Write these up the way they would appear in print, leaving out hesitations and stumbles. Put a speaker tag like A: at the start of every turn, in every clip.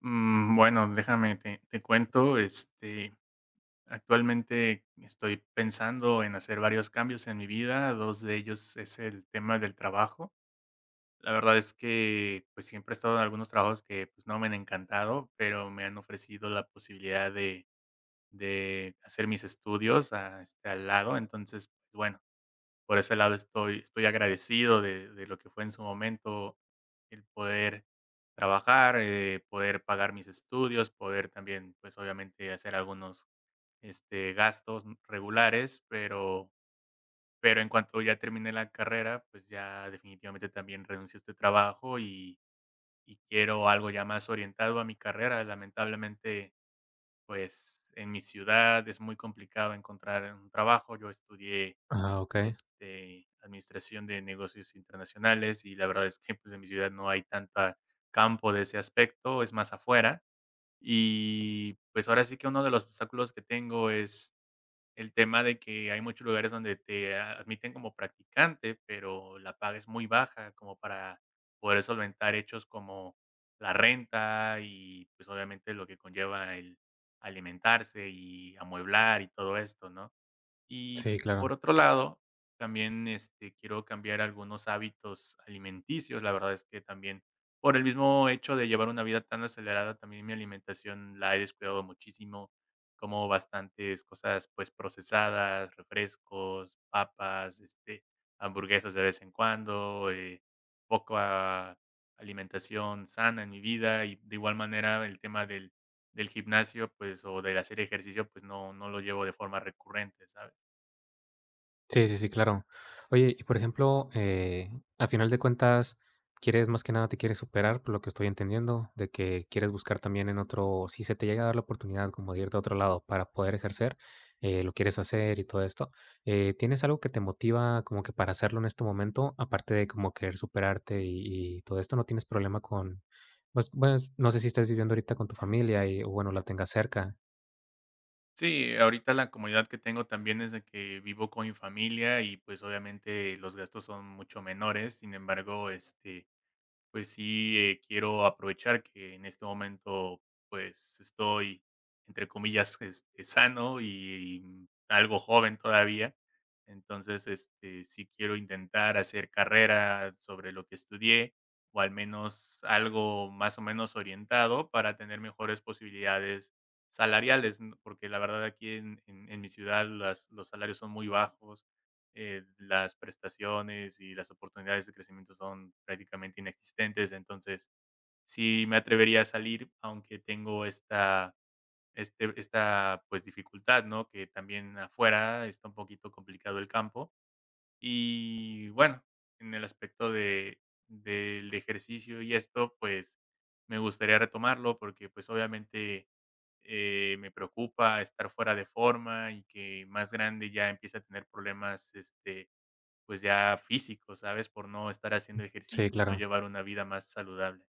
A: Mm, bueno, déjame te cuento, actualmente estoy pensando en hacer varios cambios en mi vida. 2 de ellos es el tema del trabajo. La verdad es que, pues, siempre he estado en algunos trabajos que, pues, no me han encantado, pero me han ofrecido la posibilidad de hacer mis estudios, al lado. Entonces, bueno, por ese lado estoy agradecido de lo que fue en su momento el poder trabajar, poder pagar mis estudios, poder también, pues, obviamente hacer algunos, gastos regulares, pero en cuanto ya terminé la carrera, pues, ya definitivamente también renuncié a este trabajo y quiero algo ya más orientado a mi carrera. Lamentablemente, pues, en mi ciudad es muy complicado encontrar un trabajo. Yo estudié
B: Ah, okey.
A: administración de negocios internacionales y la verdad es que, pues, en mi ciudad no hay tanta campo de ese aspecto, es más afuera. Y pues ahora sí que uno de los obstáculos que tengo es el tema de que hay muchos lugares donde admiten como practicante, pero la paga es muy baja como para poder solventar hechos como la renta y, pues, obviamente lo que conlleva el alimentarse y amueblar y todo esto, ¿no? Y
B: Sí,
A: por
B: claro.
A: otro lado, también, quiero cambiar algunos hábitos alimenticios. La verdad es que también, por el mismo hecho de llevar una vida tan acelerada, también mi alimentación la he descuidado muchísimo. Como bastantes cosas, pues, procesadas, refrescos, papas, hamburguesas de vez en cuando, poca alimentación sana en mi vida. Y de igual manera, el tema del del gimnasio, pues, o del hacer ejercicio, pues, no lo llevo de forma recurrente, ¿sabes?
B: Sí, sí, sí, claro. Oye, y por ejemplo, a final de cuentas, quieres más que nada te quieres superar, por lo que estoy entendiendo, de que quieres buscar también en otro si se te llega a dar la oportunidad como de irte a otro lado para poder ejercer, lo quieres hacer y todo esto, ¿tienes algo que te motiva como que para hacerlo en este momento? Aparte de como querer superarte y todo esto, ¿no tienes problema con? Pues bueno, no sé si estás viviendo ahorita con tu familia y, o bueno, la tengas cerca.
A: Sí, ahorita la comodidad que tengo también es de que vivo con mi familia y pues obviamente los gastos son mucho menores. Sin embargo, pues sí, quiero aprovechar que en este momento, pues estoy, entre comillas, sano y algo joven todavía. Entonces, sí quiero intentar hacer carrera sobre lo que estudié, o al menos algo más o menos orientado para tener mejores posibilidades salariales, ¿no? Porque la verdad aquí en mi ciudad los salarios son muy bajos, las prestaciones y las oportunidades de crecimiento son prácticamente inexistentes. Entonces, sí me atrevería a salir, aunque tengo esta pues dificultad, ¿no? Que también afuera está un poquito complicado el campo. Y bueno, en el aspecto del ejercicio y esto, pues me gustaría retomarlo porque pues obviamente me preocupa estar fuera de forma y que más grande ya empiece a tener problemas pues ya físico, ¿sabes? Por no estar haciendo
B: Sí,
A: ejercicio y no
B: claro.
A: llevar una vida más saludable.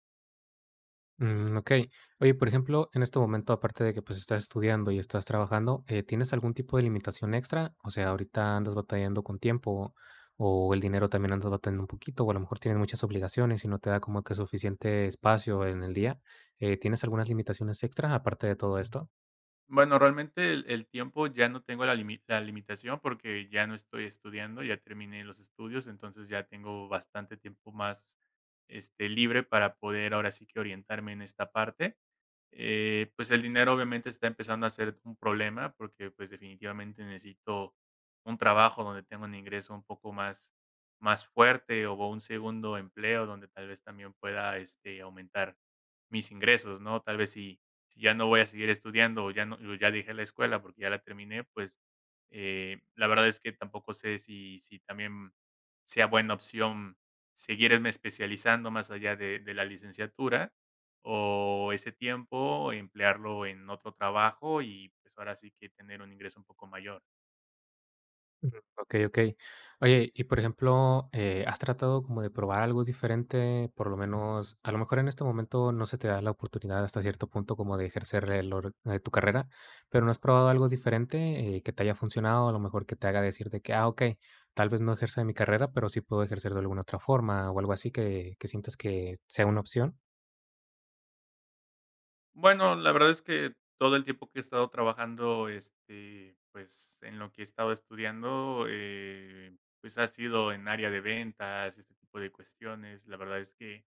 B: Mm, okey. Oye, por ejemplo, en este momento, aparte de que, pues, estás estudiando y estás trabajando, ¿tienes algún tipo de limitación extra? O sea, ahorita andas batallando con tiempo, o el dinero también andas batallando un poquito, o a lo mejor tienes muchas obligaciones y no te da como que suficiente espacio en el día, ¿tienes algunas limitaciones extra aparte de todo esto?
A: Bueno, realmente el tiempo ya no tengo la limitación porque ya no estoy estudiando, ya terminé los estudios, entonces ya tengo bastante tiempo más, libre para poder ahora sí que orientarme en esta parte. Pues el dinero obviamente está empezando a ser un problema porque, pues, definitivamente necesito un trabajo donde tenga un ingreso un poco más más fuerte o un segundo empleo donde tal vez también pueda, aumentar mis ingresos, ¿no? Tal vez si si ya no voy a seguir estudiando o ya no o ya dejé la escuela porque ya la terminé, pues, la verdad es que tampoco sé si también sea buena opción seguirme especializando más allá de la licenciatura, o ese tiempo emplearlo en otro trabajo y, pues, ahora sí que tener un ingreso un poco mayor.
B: Okey, okey. Oye, y por ejemplo, ¿has tratado como de probar algo diferente? Por lo menos, a lo mejor en este momento no se te da la oportunidad hasta cierto punto como de ejercer el or tu carrera, pero ¿no has probado algo diferente, que te haya funcionado? A lo mejor que te haga decir de que: "Ah, okey, tal vez no ejerza mi carrera, pero sí puedo ejercer de alguna otra forma", o algo así que sientas que sea una opción.
A: Bueno, la verdad es que todo el tiempo que he estado trabajando, pues, en lo que he estado estudiando, pues, ha sido en área de ventas, este tipo de cuestiones. La verdad es que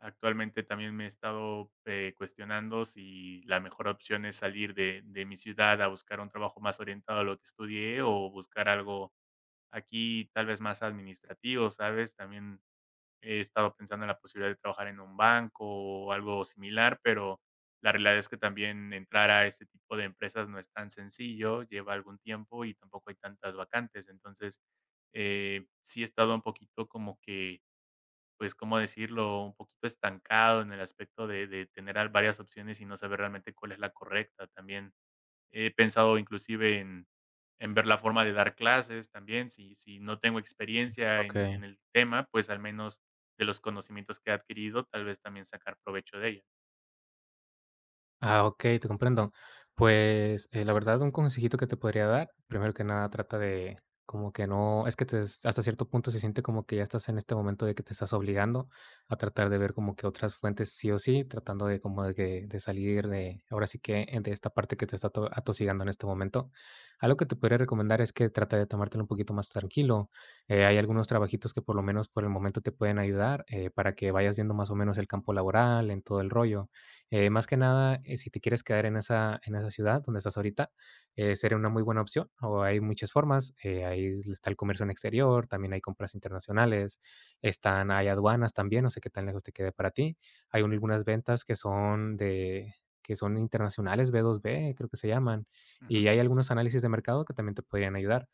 A: actualmente también me he estado, cuestionando si la mejor opción es salir de mi ciudad a buscar un trabajo más orientado a lo que estudié o buscar algo aquí, tal vez más administrativo, ¿sabes? También he estado pensando en la posibilidad de trabajar en un banco o algo similar, pero la realidad es que también entrar a este tipo de empresas no es tan sencillo, lleva algún tiempo y tampoco hay tantas vacantes. Entonces, sí he estado un poquito como que, pues, ¿cómo decirlo? Un poquito estancado en el aspecto de tener varias opciones y no saber realmente cuál es la correcta también. He pensado inclusive en ver la forma de dar clases también, si si no tengo experiencia
B: Ok.
A: en el tema, pues, al menos de los conocimientos que he adquirido, tal vez también sacar provecho de ella.
B: Ah, ok, te comprendo. Pues, la verdad, un consejito que te podría dar,
A: Ujú,
B: primero que nada, trata de como que no, es que hasta cierto punto se siente como que ya estás en este momento de que te estás obligando a tratar de ver como que otras fuentes sí o sí, tratando de como de, de salir de, ahora sí que de esta parte que te está atosigando en este momento. Algo que te podría recomendar es que trata de tomártelo un poquito más tranquilo. Hay algunos trabajitos que por lo menos por el momento te pueden ayudar para que vayas viendo más o menos el campo laboral, en todo el rollo más que nada, si te quieres quedar en esa ciudad donde estás ahorita, sería una muy buena opción, o hay muchas formas, ahí está el comercio en exterior, también hay compras internacionales, están hay aduanas también, no sé qué tan lejos te quede para ti. Hay un algunas ventas que son de que son internacionales, B2B creo que se llaman,
A: ujú,
B: y hay algunos análisis de mercado que también te podrían ayudar.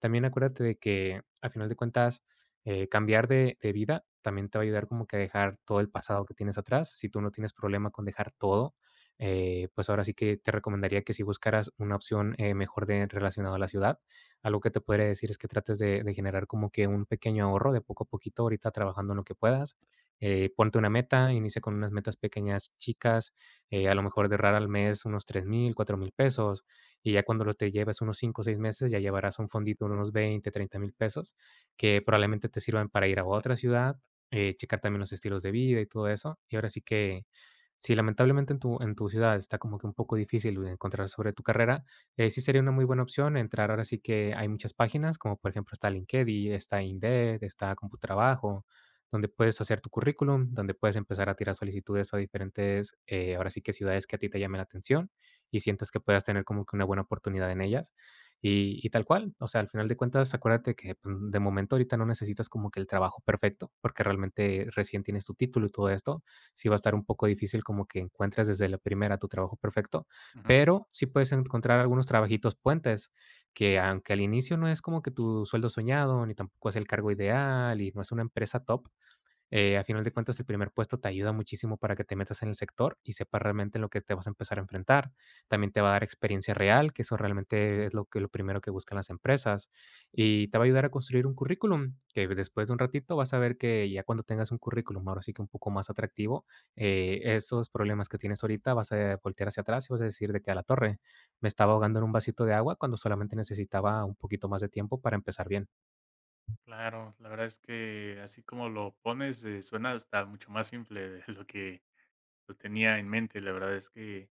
B: También acuérdate de que, a final de cuentas cambiar de vida también te va a ayudar como que a dejar todo el pasado que tienes atrás. Si tú no tienes problema con dejar todo, pues ahora sí que te recomendaría que si buscaras una opción, mejor de relacionado a la ciudad, algo que te podría decir es que trates de generar como que un pequeño ahorro de poco a poquito, ahorita trabajando en lo que puedas. Ponte una meta, inicia con unas metas pequeñas, chicas, a lo mejor de ahorrar al mes unos 3 mil 4 mil pesos, y ya cuando lo te lleves unos 5 o 6 meses, ya llevarás un fondito de unos 20 30 mil pesos, que probablemente te sirvan para ir a otra ciudad, checar también los estilos de vida y todo eso. Y ahora sí que, si lamentablemente en tu, ciudad está como que un poco difícil encontrar sobre tu carrera, sí sería una muy buena opción entrar. Ahora sí que hay muchas páginas, como por ejemplo está LinkedIn, está Indeed, está Computrabajo, donde puedes hacer tu currículum, donde puedes empezar a tirar solicitudes a diferentes, ahora sí que ciudades que a ti te llamen la atención y sientas que puedas tener como que una buena oportunidad en ellas. Y tal cual, o sea, al final de cuentas, acuérdate que, pues, de momento ahorita no necesitas como que el trabajo perfecto, porque realmente recién tienes tu título y todo esto. Sí va a estar un poco difícil como que encuentres desde la primera tu trabajo perfecto,
A: ujú.
B: pero sí puedes encontrar algunos trabajitos puentes que, aunque al inicio no es como que tu sueldo soñado, ni tampoco es el cargo ideal y no es una empresa top, a final de cuentas, el primer puesto te ayuda muchísimo para que te metas en el sector y sepas realmente en lo que te vas a empezar a enfrentar. También te va a dar experiencia real, que eso realmente es lo que lo primero que buscan las empresas. Y te va a ayudar a construir un currículum, que después de un ratito vas a ver que ya cuando tengas un currículum, ahora sí que un poco más atractivo, esos problemas que tienes ahorita vas a voltear hacia atrás y vas a decir de que a la torre me estaba ahogando en un vasito de agua cuando solamente necesitaba un poquito más de tiempo para empezar bien.
A: Claro, la verdad es que así como lo pones, suena hasta mucho más simple de lo que lo tenía en mente. La verdad es que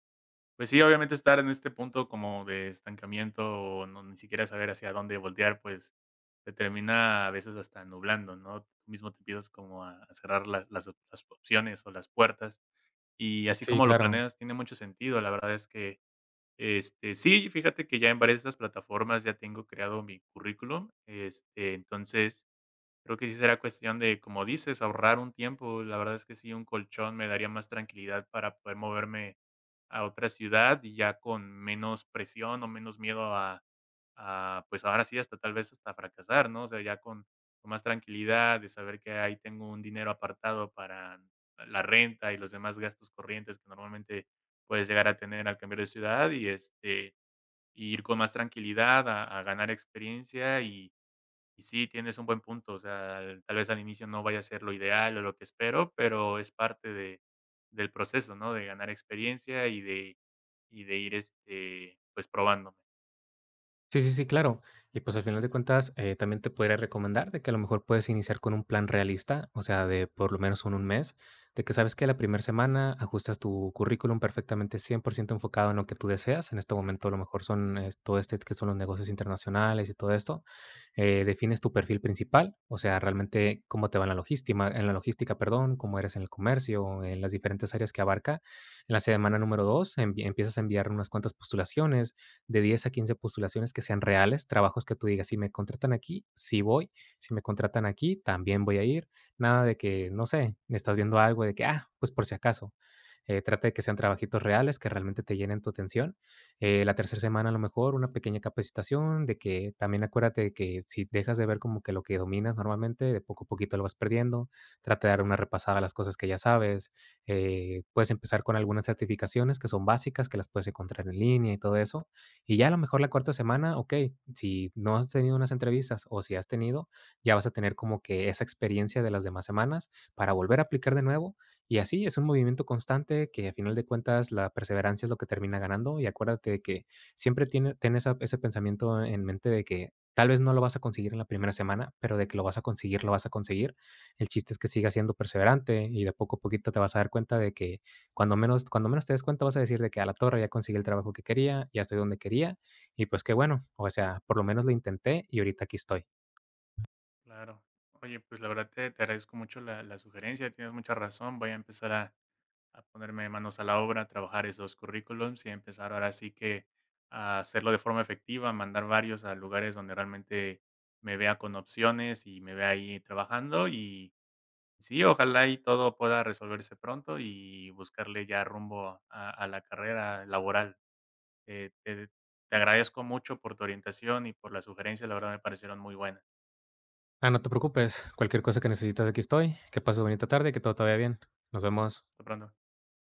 A: pues sí, obviamente estar en este punto como de estancamiento o no ni siquiera saber hacia dónde voltear, pues te termina a veces hasta nublando, ¿no? Tú mismo te empiezas como a cerrar las opciones o las puertas, y así
B: Sí,
A: como lo
B: claro.
A: planeas tiene mucho sentido. La verdad es que, sí, fíjate que ya en varias de estas plataformas ya tengo creado mi currículum, entonces creo que sí será cuestión de, como dices, ahorrar un tiempo. La verdad es que sí, un colchón me daría más tranquilidad para poder moverme a otra ciudad y ya con menos presión o menos miedo a, pues ahora sí, hasta tal vez hasta fracasar, ¿no? O sea, ya con más tranquilidad de saber que ahí tengo un dinero apartado para la renta y los demás gastos corrientes que normalmente puedes llegar a tener al cambiar de ciudad, y y ir con más tranquilidad a ganar experiencia y sí, tienes un buen punto. O sea, al tal vez al inicio no vaya a ser lo ideal o lo que espero, pero es parte de del proceso, ¿no? De ganar experiencia y de ir, pues, probándome,
B: Sí, sí, sí, claro. Y pues al final de cuentas, también te podría recomendar de que a lo mejor puedes iniciar con un plan realista, o sea, de por lo menos un mes, de que sabes que la primera semana ajustas tu currículum perfectamente 100% enfocado en lo que tú deseas. En este
A: ¿no?
B: momento a lo mejor son todo este que son los negocios internacionales y todo esto. Defines tu perfil principal, o sea, realmente cómo te va en la logística, perdón, cómo eres en el comercio, en las diferentes áreas que abarca. En la semana número 2, empiezas a enviar unas cuantas postulaciones de 10 a 15 postulaciones que sean reales, trabajos que tú digas, si me contratan aquí, sí voy, si me contratan aquí, también voy a ir, nada de que, no sé, estás viendo algo de que, ah, pues por si acaso. Trata de que sean trabajitos reales, que realmente te llenen tu atención. La tercera semana a lo mejor una pequeña capacitación, de que también acuérdate de que si dejas de ver como que lo que dominas normalmente, de poco a poquito lo vas perdiendo. Trata de dar una repasada a las cosas que ya sabes. Puedes empezar con algunas certificaciones que son básicas, que las puedes encontrar en línea y todo eso y ya a lo mejor la cuarta semana, okey, si no has tenido unas entrevistas o si has tenido, ya vas a tener como que esa experiencia de las demás semanas para volver a aplicar de nuevo. Y así es un movimiento constante que a final de cuentas la perseverancia es lo que termina ganando. Y acuérdate de que siempre tiene ten esa ese pensamiento en mente de que tal vez no lo vas a conseguir en la primera semana, pero de que lo vas a conseguir, lo vas a conseguir. El chiste es que sigas siendo perseverante y de poco a poquito te vas a dar cuenta de que cuando menos te des cuenta vas a decir de que a la torre ya conseguí el trabajo que quería, ya estoy donde quería y pues qué bueno, o sea, por lo menos lo intenté y ahorita aquí estoy.
A: Claro. Oye, pues, la verdad te agradezco mucho la sugerencia, tienes mucha razón, voy a empezar a ponerme manos a la obra, a trabajar esos currículums y a empezar ahora sí que a hacerlo de forma efectiva, a mandar varios a lugares donde realmente me vea con opciones y me vea ahí trabajando. Y sí, ojalá y todo pueda resolverse pronto y buscarle ya rumbo a la carrera laboral. Eh, te, Te agradezco mucho por tu orientación y por las sugerencias, la verdad me parecieron muy buenas.
B: Ah, no te preocupes, cualquier cosa que necesitas aquí estoy, que pases bonita tarde, que todo te vaya bien. Nos vemos.
A: Hasta pronto.